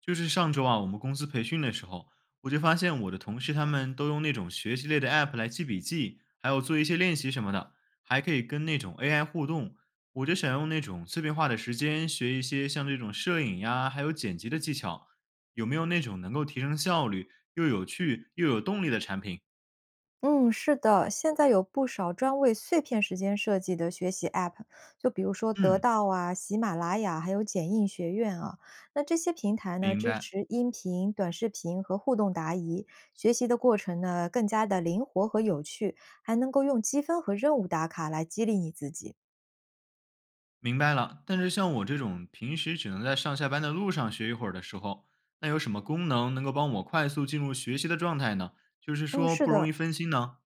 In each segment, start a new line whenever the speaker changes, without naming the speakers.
就是上周啊，我们公司培训的时候，我就发现我的同事他们都用那种学习类的 app 来记笔记，还有做一些练习什么的，还可以跟那种 AI 互动。我就想用那种碎片化的时间学一些像这种摄影呀，还有剪辑的技巧，有没有那种能够提升效率又有趣又有动力的产品？
嗯，是的，现在有不少专为碎片时间设计的学习 App，就比如说得
嗯，
到啊、喜马拉雅，还有剪映学院啊。那这些平台呢，
明
支
白。
持音频、短视频和互动答疑，学习的过程呢更加的灵活和有趣，还能够用积分和任务打卡来激励你自己。
明白了，但是像我这种平时只能在上下班的路上学一会儿的时候，那有什么功能能够帮我快速进入学习的状态呢？就是
嗯，
说
是
不容
的，
易分心呢？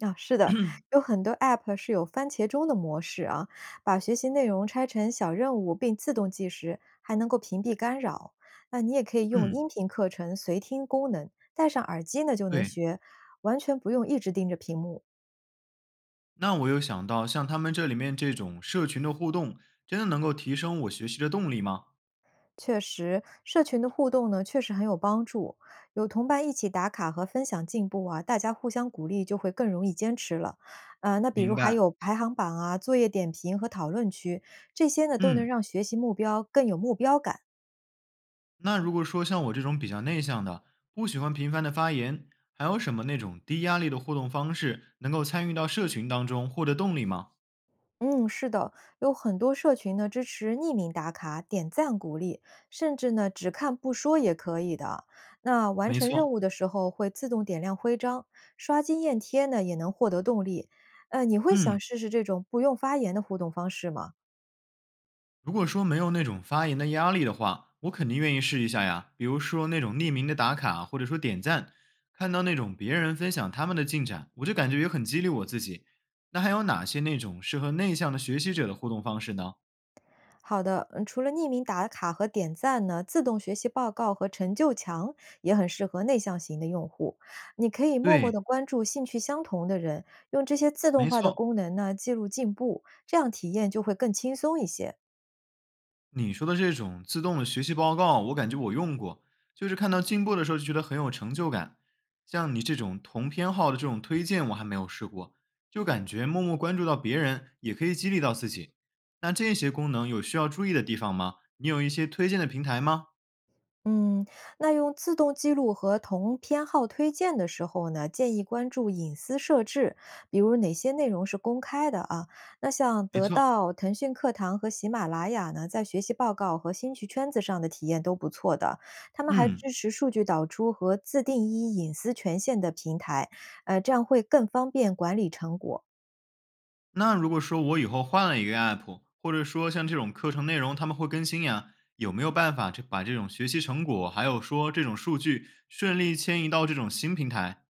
是的，有很多 App 是有番茄钟的模式啊，把学习内容拆成小任务并自动计时，还能够屏蔽干扰。那你也可以用音
嗯，
频课程随听功能，戴上耳机呢就能
对。
学，完全不用一直盯着屏幕。
那我又想到，像他们这里面这种社群的互动，真的能够提升我学习的动力吗？
确实，社群的互动呢，确实很有帮助。有同伴一起打卡和分享进步啊，大家互相鼓励，就会更容易坚持了。那比如
明
还
白。
有排行榜啊、作业点评和讨论区，这些呢都能
嗯，
让学习目标更有目标感。
那如果说像我这种比较内向的，不喜欢频繁的发言，还有什么那种低压力的互动方式，能够参与到社群当中，获得动力吗？
嗯，是的，有很多社群呢支持匿名打卡、点赞鼓励，甚至呢只看不说也可以的。那完
没
成任
错。
务的时候会自动点亮徽章，刷经验贴呢也能获得动力。你会
嗯，
想试试这种不用发言的互动方式吗？
如果说没有那种发言的压力的话，我肯定愿意试一下呀。比如说那种匿名的打卡，或者说点赞，看到那种别人分享他们的进展，我就感觉也很激励我自己。那还有哪些那种适合内向的学习者的互动方式呢？
好的，嗯除了匿名打卡和点赞呢，自动学习报告和成就墙也很适合内向型的用户。你可以默默
对，
地关注兴趣相同的人，用这些自动
没
化的
错，
功能呢记录进步，这样体验就会更轻松一些。
你说的这种自动的学习报告，我感觉我用过，就是看到进步的时候就觉得很有成就感。像你这种同偏好的这种推荐，我还没有试过，就感觉默默关注到别人也可以激励到自己。那这些功能有需要注意的地方吗？你有一些推荐的平台吗？
嗯，那用自动记录和同偏好推荐的时候呢，建议关注隐私设置，比如哪些内容是公开的啊？那像
没
得
错，
到、腾讯课堂和喜马拉雅呢，在学习报告和兴趣圈子上的体验都不错的。他们还
嗯，
支持数据导出和自定义隐私权限的平台，这样会更方便管理成果。
那如果说我以后换了一个 app，或者说像这种课程内容他们会更新呀，有没有办法这把这种学习成果，还有说这种数据顺利迁移到这种新平台？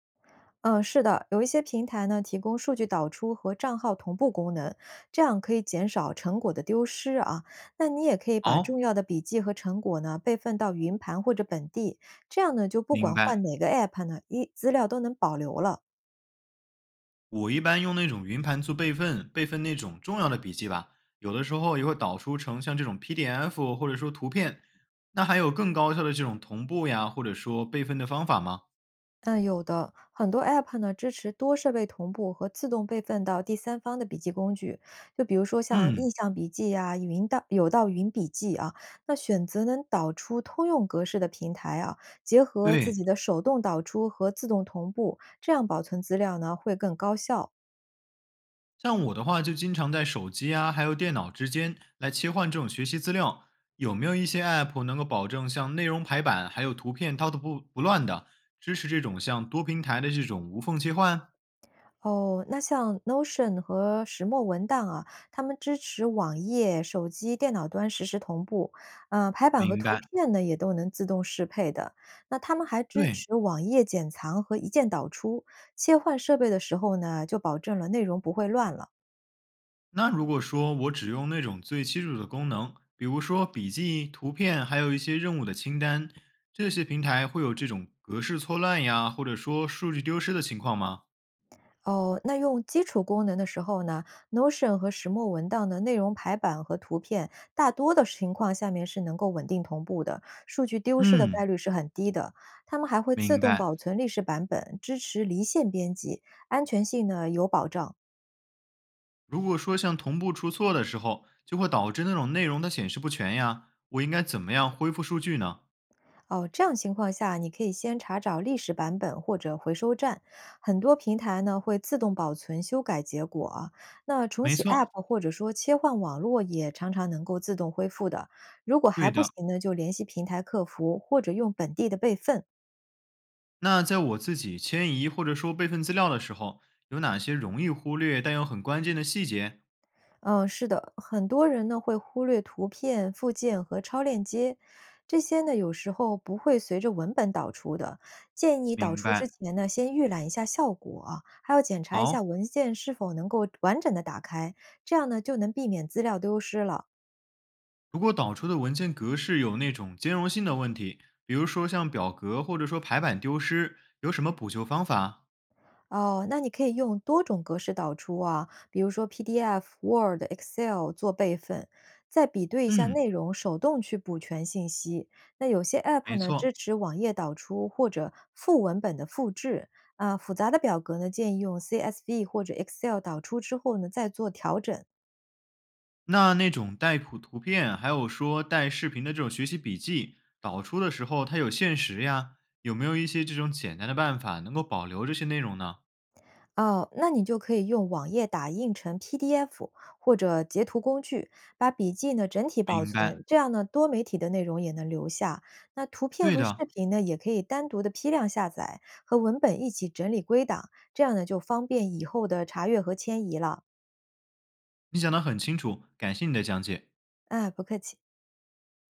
嗯，是的，有一些平台呢提供数据导出和账号同步功能，这样可以减少成果的丢失啊。那你也可以把重
好、
要的笔记和成果呢备份到云盘或者本地，这样呢就不
明
管
白，
换哪个 app 呢，一资料都能保留了。
我一般用那种云盘做备份，备份那种重要的笔记吧。有的时候也会导出成像这种 PDF 或者说图片。那还有更高效的这种同步呀，或者说备份的方法吗？
很多 App 呢支持多设备同步和自动备份到第三方的笔记工具，就比如说像
嗯，
印象笔记啊、云到有道云笔记啊，那选择能导出通用格式的平台啊，结合自
对，
己的手动导出和自动同步，这样保存资料呢会更高效。
像我的话就经常在手机啊还有电脑之间来切换这种学习资料。有没有一些 App 能够保证像内容排版还有图片它都不乱的，支持这种像多平台的这种无缝切换？
哦，那像 Notion 和石墨文档啊，他们支持网页、手机、电脑端实时同步，嗯，排版和
明
图
白，
片呢也都能自动适配的。那他们还支
对。
持网页剪藏和一键导出，切换设备的时候呢，就保证了内容不会乱了。
那如果说我只用那种最基础的功能，比如说笔记、图片，还有一些任务的清单，这些平台会有这种格式错乱呀，或者说数据丢失的情况吗？
哦，那用基础功能的时候呢，Notion 和石墨文档的内容排版和图片，大多的情况下面是能够稳定同步的，数据丢失的
嗯，
概率是很低的。它们还会自
明
动
白。
保存历史版本，支持离线编辑，安全性呢有保障。
如果说像同步出错的时候，就会导致那种内容它显示不全呀，我应该怎么样恢复数据呢？
哦，这样情况下，你可以先查找历史版本或者回收站，很多平台呢会自动保存修改结果啊那重
没
启 App
错，
或者说切换网络也常常能够自动恢复的。如果还
对
不
的。
行呢，就联系平台客服或者用本地的备份。
那在我自己迁移或者说备份资料的时候，有哪些容易忽略但又很关键的细节？
嗯，是的，很多人呢会忽略图片、附件和超链接，这些呢有时候不会随着文本导出的。建议导
明
出
白。
之前呢，先预览一下效果啊，还要检查一下
好，
文件是否能够完整的打开，这样呢就能避免资料丢失了。
如果导出的文件格式有那种兼容性的问题，比如说像表格或者说排版丢失，有什么补救方法？
哦，那你可以用多种格式导出啊，比如说 PDF、Word、Excel 做备份，再比对一下
嗯，
内容，手动去补全信息。那有些 App
没
呢
错。
支持网页导出或者副文本的复制啊，复杂的表格呢建议用 CSV 或者 Excel 导出之后呢再做调整。
那那种带图片，还有说带视频的这种学习笔记，导出的时候它有限时呀，有没有一些这种简单的办法能够保留这些内容呢？
哦，那你就可以用网页打印成 PDF 或者截图工具，把笔记呢整体保
明白，
存，这样呢多媒体的内容也能留下。那图片
对
和视
的，
频呢也可以单独的批量下载，和文本一起整理归档，这样呢就方便以后的查阅和迁移了。
你讲得很清楚，感谢你的讲解。
哎，不客气。